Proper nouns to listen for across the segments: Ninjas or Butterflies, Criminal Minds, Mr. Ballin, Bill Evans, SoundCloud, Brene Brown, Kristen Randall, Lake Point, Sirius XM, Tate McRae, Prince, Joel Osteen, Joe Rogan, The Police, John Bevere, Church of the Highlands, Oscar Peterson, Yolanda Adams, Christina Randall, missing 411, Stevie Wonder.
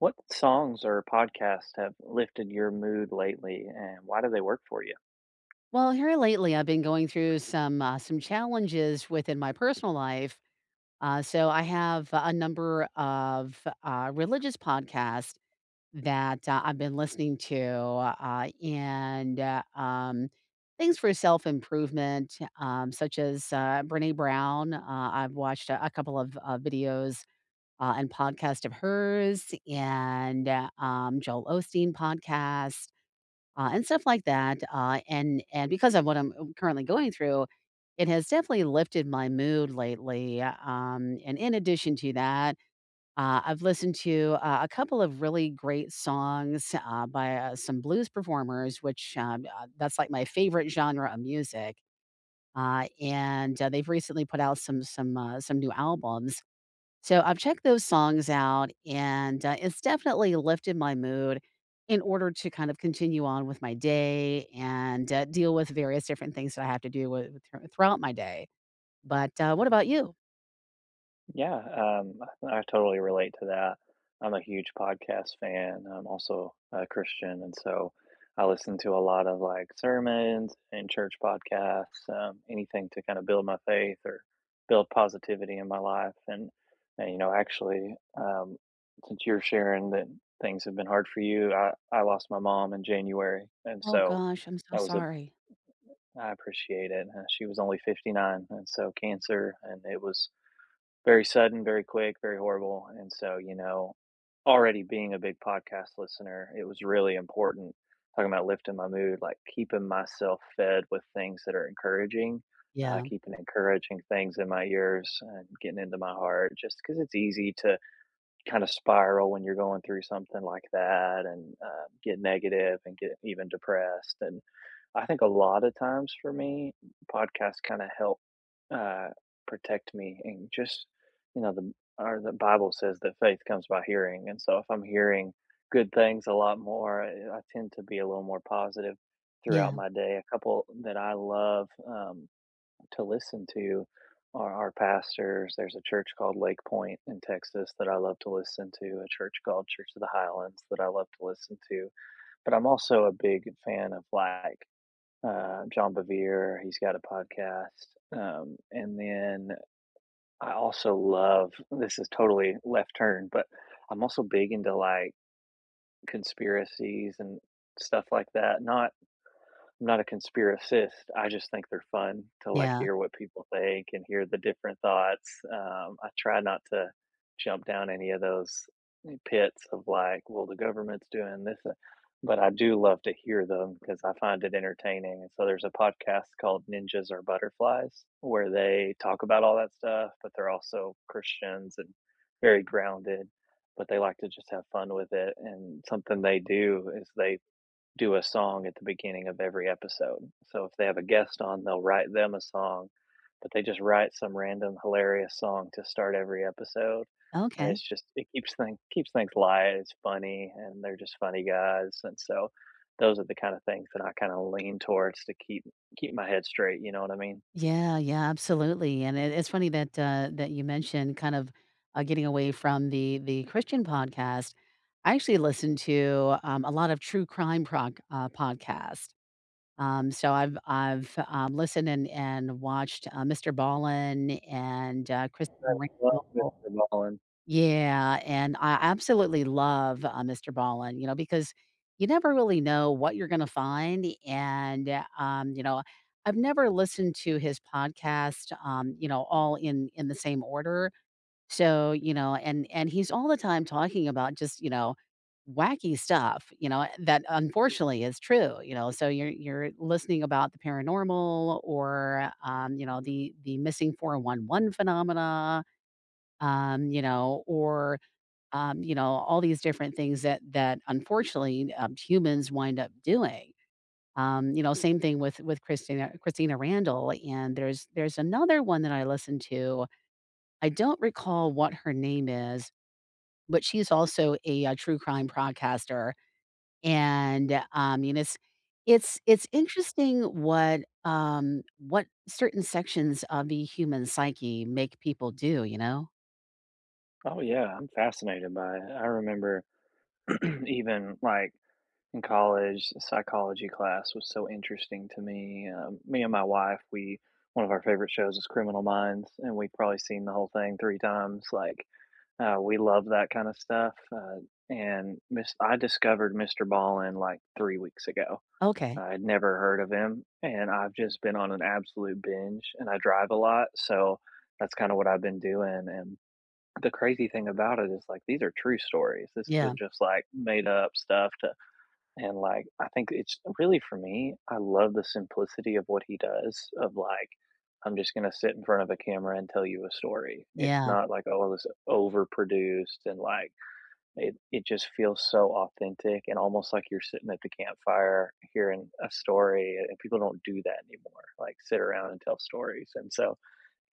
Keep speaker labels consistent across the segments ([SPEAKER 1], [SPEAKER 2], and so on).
[SPEAKER 1] What songs or podcasts have lifted your mood lately, and why do they work for you?
[SPEAKER 2] Well, here lately, I've been going through some challenges within my personal life. So I have a number of religious podcasts that I've been listening to, and things for self improvement, such as Brene Brown. I've watched a couple of videos and podcast of hers, and Joel Osteen podcast and stuff like that. And because of what I'm currently going through, it has definitely lifted my mood lately. And in addition to that, I've listened to a couple of really great songs by some blues performers, which that's like my favorite genre of music. And they've recently put out some new albums, so I've checked those songs out, and it's definitely lifted my mood in order to kind of continue on with my day and deal with various different things that I have to do with throughout my day. But what about you?
[SPEAKER 1] Yeah, um, I totally relate to that. I'm a huge podcast fan. I'm also a Christian, and so I listen to a lot of like sermons and church podcasts, anything to kind of build my faith or build positivity in my life. And you know, actually, since you're sharing that things have been hard for you, I lost my mom in January, and
[SPEAKER 2] Oh
[SPEAKER 1] so
[SPEAKER 2] gosh, I'm so
[SPEAKER 1] that was a
[SPEAKER 2] sorry.
[SPEAKER 1] I appreciate it. She was only 59, and so cancer, and it was very sudden, very quick, very horrible. And so, you know, already being a big podcast listener, it was really important talking about lifting my mood, like keeping myself fed with things that are encouraging,
[SPEAKER 2] Yeah,
[SPEAKER 1] keeping encouraging things in my ears and getting into my heart, just because it's easy to kind of spiral when you're going through something like that and get negative and get even depressed. And I think a lot of times for me, podcasts kinda help, uh, protect me and just, you know, the or the Bible says that faith comes by hearing, and so if I'm hearing good things a lot more, I tend to be a little more positive throughout
[SPEAKER 2] yeah,
[SPEAKER 1] my day. A couple that I love, to listen to are our pastors. There's a church called Lake Point in Texas that I love to listen to, a church called Church of the Highlands that I love to listen to, but I'm also a big fan of, like, John Bevere. He's got a podcast. And then I also love this is totally left turn, but I'm also big into like conspiracies and stuff like that. Not I'm not a conspiracist. I just think they're fun to like
[SPEAKER 2] yeah.
[SPEAKER 1] hear what people think and hear the different thoughts. I try not to jump down any of those pits of like, well, the government's doing this, but I do love to hear them because I find it entertaining. And so there's a podcast called Ninjas or Butterflies where they talk about all that stuff, but they're also Christians and very grounded. But they like to just have fun with it. And something they do is they do a song at the beginning of every episode. So if they have a guest on, they'll write them a song, but they just write some random hilarious song to start every episode, and
[SPEAKER 2] Okay.
[SPEAKER 1] it's just it keeps thing keeps things light, it's funny, and they're just funny guys, and so those are the kind of things that I kinda lean towards to keep my head straight, you know what I mean?
[SPEAKER 2] Yeah, yeah, absolutely. And it's funny that that you mentioned kind of getting away from the Christian podcast. I actually listen to a lot of true crime podcasts. So I've listened and watched, Mr. Ballin and, Kristen
[SPEAKER 1] I love Mr.
[SPEAKER 2] Randall.
[SPEAKER 1] Ballin.
[SPEAKER 2] Yeah, and I absolutely love, Mr. Ballin, you know, because you never really know what you're gonna find, and, you know, I've never listened to his podcast, you know, all in the same order. So, you know, and he's all the time talking about just, you know, wacky stuff, you know, that unfortunately is true, you know. So you're listening about the paranormal or you know, the missing 411 phenomena, um, you know, or you know, all these different things that that unfortunately humans wind up doing. You know, same thing with with Christina Randall, and there's another one that I listened to. I don't recall what her name is, but she's also a, true crime podcaster, and, I mean, it's interesting what certain sections of the human psyche make people do, you know?
[SPEAKER 1] Oh, yeah, I'm fascinated by it. I remember even, like in college, psychology class was so interesting to me. Me and my wife, we one of our favorite shows is Criminal Minds, and we've probably seen the whole thing three times. Like we love that kind of stuff. I discovered Mr. Ballin like three weeks ago.
[SPEAKER 2] Okay.
[SPEAKER 1] I had never heard of him, and I've just been on an absolute binge. And I drive a lot, so that's kind of what I've been doing. And the crazy thing about it is, like, these are true stories. This
[SPEAKER 2] Yeah.
[SPEAKER 1] isn't just like made up stuff to and like, I think it's really for me, I love the simplicity of what he does of like, I'm just going to sit in front of a camera and tell you a story. It's
[SPEAKER 2] Yeah.
[SPEAKER 1] not like, oh, this overproduced and like, it just feels so authentic and almost like you're sitting at the campfire hearing a story. And people don't do that anymore, like sit around and tell stories. And so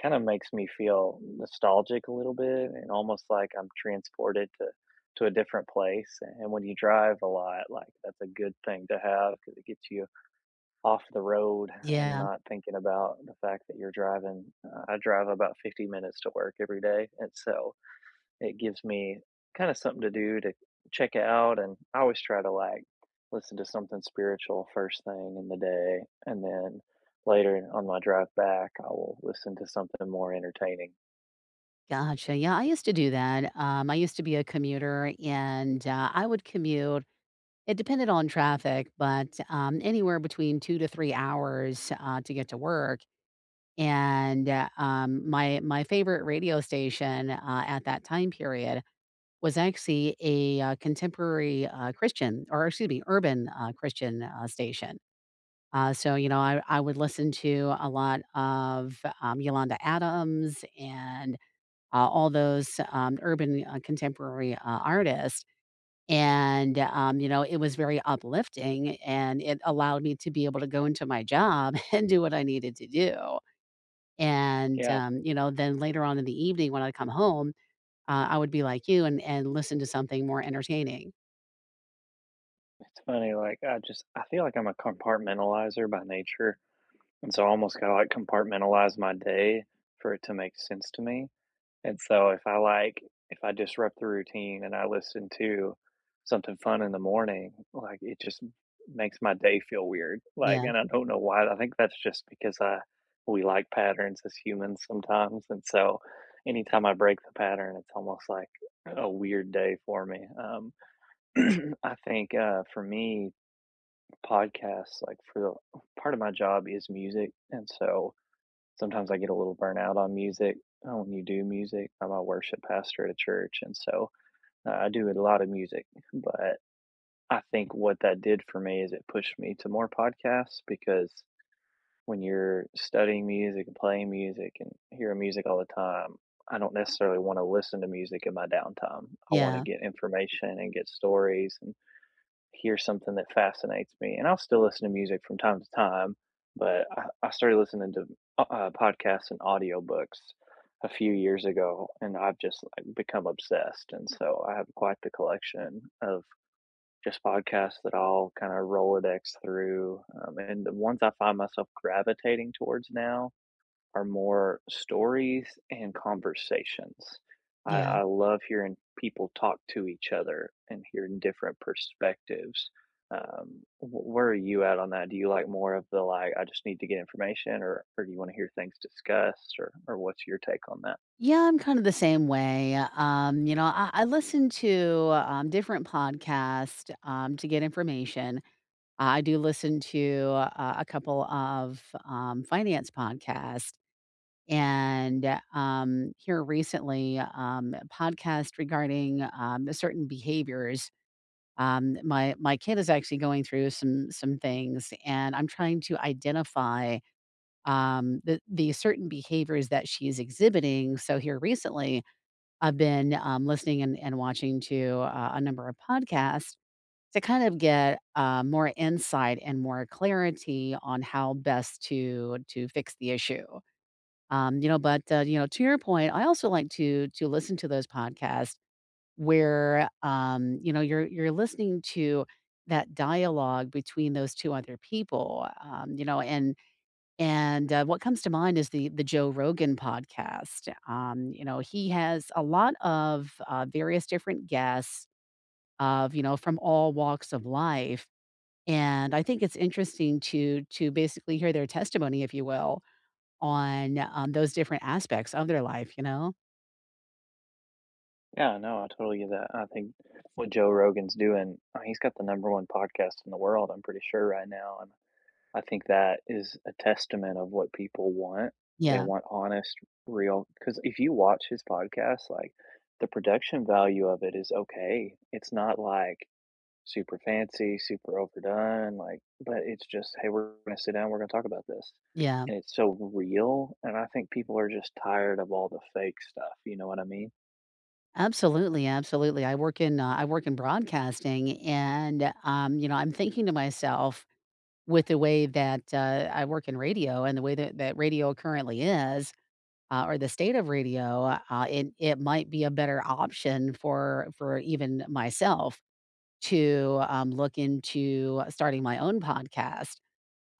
[SPEAKER 1] kinda makes me feel nostalgic a little bit and almost like I'm transported to a different place, and when you drive a lot, like, that's a good thing to have because it gets you off the road and
[SPEAKER 2] Yeah.
[SPEAKER 1] not thinking about the fact that you're driving. I drive about 50 minutes to work every day, and so it gives me kinda something to do to check it out, and I always try to, like, listen to something spiritual first thing in the day, and then later on my drive back, I will listen to something more entertaining.
[SPEAKER 2] Gotcha. Yeah, I used to do that. I used to be a commuter, and, I would commute, it depended on traffic, but, anywhere between 2 to 3 hours, to get to work. And, my favorite radio station, at that time period was actually a, contemporary, Christian, or excuse me, urban, Christian, station. So, you know, I would listen to a lot of, Yolanda Adams and, all those, urban, contemporary, artists. And, you know, it was very uplifting and it allowed me to be able to go into my job and do what I needed to do. And,
[SPEAKER 1] Yeah,
[SPEAKER 2] you know, then later on in the evening when I come home, I would be like you and listen to something more entertaining.
[SPEAKER 1] it's funny, like, I just I feel like I'm a compartmentalizer by nature, and so I almost gotta, like, compartmentalize my day for it to make sense to me. And so if I like if I disrupt the routine and I listen to something fun in the morning, like, it just makes my day feel weird, like,
[SPEAKER 2] Yeah,
[SPEAKER 1] and I don't know why, I think that's just because I we like patterns as humans sometimes, and so anytime I break the pattern, it's almost like a weird day for me, I think, for me, podcasts, like, for the part of my job is music, and so sometimes I get a little burnout on music when you do music. I'm a worship pastor at a church, and so I do a lot of music. But I think what that did for me is it pushed me to more podcasts because when you're studying music and playing music and hearing music all the time, I don't necessarily want to listen to music in my downtime. I want to
[SPEAKER 2] yeah,
[SPEAKER 1] get information and get stories and hear something that fascinates me, and I'll still listen to music from time to time, but I started listening to podcasts and audiobooks a few years ago, and I've just like become obsessed. And so I have quite the collection of just podcasts that I'll are more stories and conversations. I,
[SPEAKER 2] yeah.
[SPEAKER 1] I love hearing people talk to each other and hearing different perspectives. Where are you at on that? Do you like more of the like, I just need to get information, or do you want to hear things discussed, or what's your take on that?
[SPEAKER 2] Yeah, I'm kind of the same way. You know, I listen to different podcasts to get information. I do listen to a couple of finance podcasts and here recently a podcast regarding certain behaviors. My kid is actually going through some things, and I'm trying to identify, the certain behaviors that she's exhibiting. So here recently, I've been, listening and watching to, a number of podcasts to kind of get, more insight and more clarity on how best to fix the issue. You know, but, you know, to your point, I also like to listen to those podcasts where, you know, you're listening to that dialogue between those 2 other people, you know, and what comes to mind is the Joe Rogan podcast. You know, he has a lot of, various different guests of, you know, from all walks of life, and I think it's interesting to basically hear their testimony, if you will, on, those different aspects of their life, you know?
[SPEAKER 1] Yeah, no, I totally get that. I think what Joe Rogan's doing, he's got the number one podcast in the world, I'm pretty sure, right now. I think that is a testament of what people want. They
[SPEAKER 2] Yeah,
[SPEAKER 1] want honest, real because if you watch his podcast, like, the production value of it is okay. It's not, like, super fancy, super overdone, like but it's just, "Hey, we're gonna sit down, we're gonna talk about this."
[SPEAKER 2] yeah.
[SPEAKER 1] And it's so real, and I think people are just tired of all the fake stuff, you know what I mean?
[SPEAKER 2] Absolutely, absolutely. I work in broadcasting and, you know, I'm thinking to myself with the way that, I work in radio and the way that, that radio currently is, or the state of radio, it, it might be a better option for even myself to, look into starting my own podcast.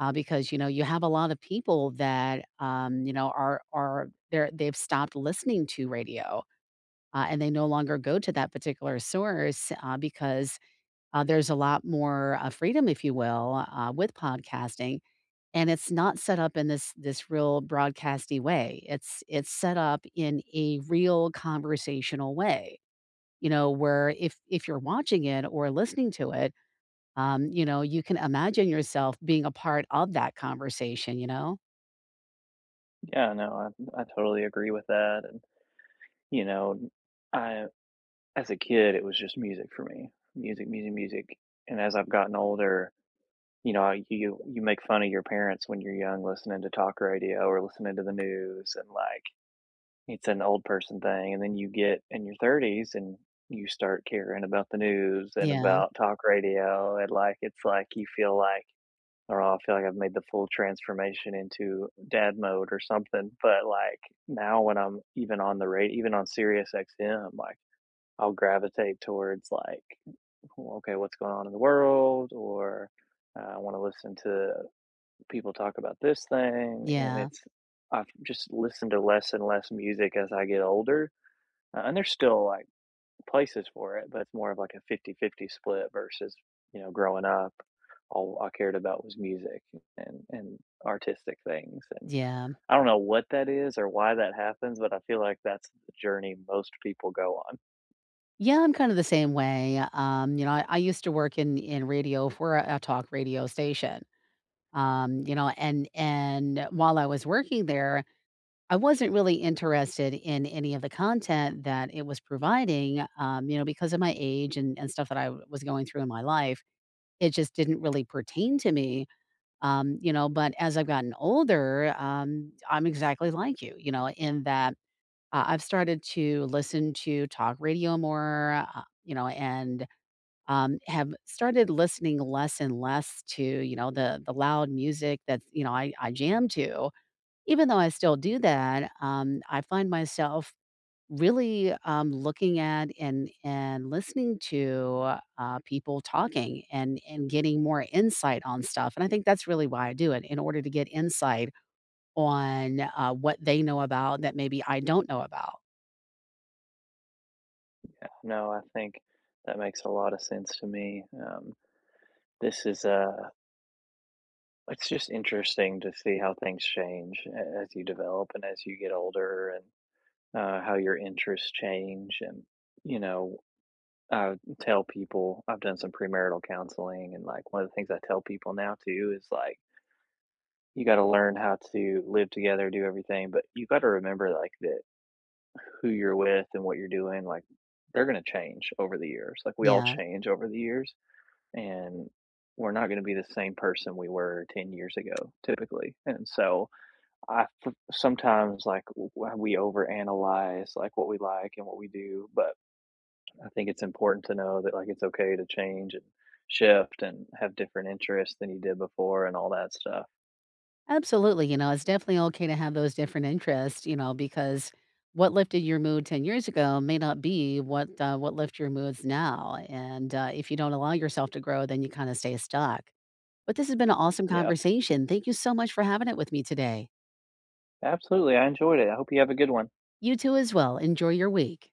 [SPEAKER 2] Because you know you have a lot of people that you know are they've stopped listening to radio and they no longer go to that particular source because there's a lot more freedom, if you will, with podcasting. And it's not set up in this real broadcasty way. It's set up in a real conversational way. You know, where if you're watching it or listening to it, you know, you can imagine yourself being a part of that conversation. You know,
[SPEAKER 1] Yeah, no, I totally agree with that, and, you know, I as a kid, it was just music for me. Music, music, music. And as I've gotten older, you know, you make fun of your parents when you're young, listening to talk radio or listening to the news, and like it's an old person thing. And then you get in your thirties and you start caring about the news and
[SPEAKER 2] yeah,
[SPEAKER 1] about talk radio, and like it's like you feel like, or I feel like I've made the full transformation into dad mode or something. But like now, when I'm even on the radio, even on Sirius XM, like I'll gravitate towards like well, okay, what's going on in the world, or I want to listen to people talk about this thing. And
[SPEAKER 2] yeah,
[SPEAKER 1] it's, I've just listened to less and less music as I get older. And there's still like places for it, but it's more of like a 50-50 split versus, you know, growing up. All I cared about was music and artistic things. And
[SPEAKER 2] yeah.
[SPEAKER 1] I don't know what that is or why that happens, but I feel like that's the journey most people go on.
[SPEAKER 2] Yeah, I'm kind of the same way. You know, I used to work in radio for a talk radio station. You know, and while I was working there, I wasn't really interested in any of the content that it was providing. You know, because of my age and stuff that I was going through in my life, it just didn't really pertain to me. You know, but as I've gotten older, I'm exactly like you. You know, in that I've started to listen to talk radio more. You know, and have started listening less and less to, you know, the loud music that you know, I jam to. Even though I still do that, I find myself really looking at and listening to people talking and getting more insight on stuff. And I think that's really why I do it, in order to get insight on what they know about that maybe I don't know about.
[SPEAKER 1] No, I think that makes a lot of sense to me. This is it's just interesting to see how things change as you develop and as you get older and how your interests change and you know I tell people I've done some premarital counseling and like one of the things I tell people now too is like you got to learn how to live together, do everything, but you got to remember like that who you're with and what you're doing like they're going to change over the years. Like we all
[SPEAKER 2] Yeah.
[SPEAKER 1] change over the years and we're not going to be the same person we were 10 years ago typically and so sometimes like we overanalyze like what we like and what we do but I think it's important to know that like it's okay to change and shift and have different interests than you did before and all that stuff
[SPEAKER 2] Absolutely, you know, it's definitely okay to have those different interests, you know, because what lifted your mood 10 years ago may not be what lift your moods now. And if you don't allow yourself to grow, then you kind of stay stuck. But this has been an awesome
[SPEAKER 1] yeah
[SPEAKER 2] conversation. Thank you so much for having it with me today.
[SPEAKER 1] absolutely I enjoyed it I hope you have a good one
[SPEAKER 2] You too as well. Enjoy your week.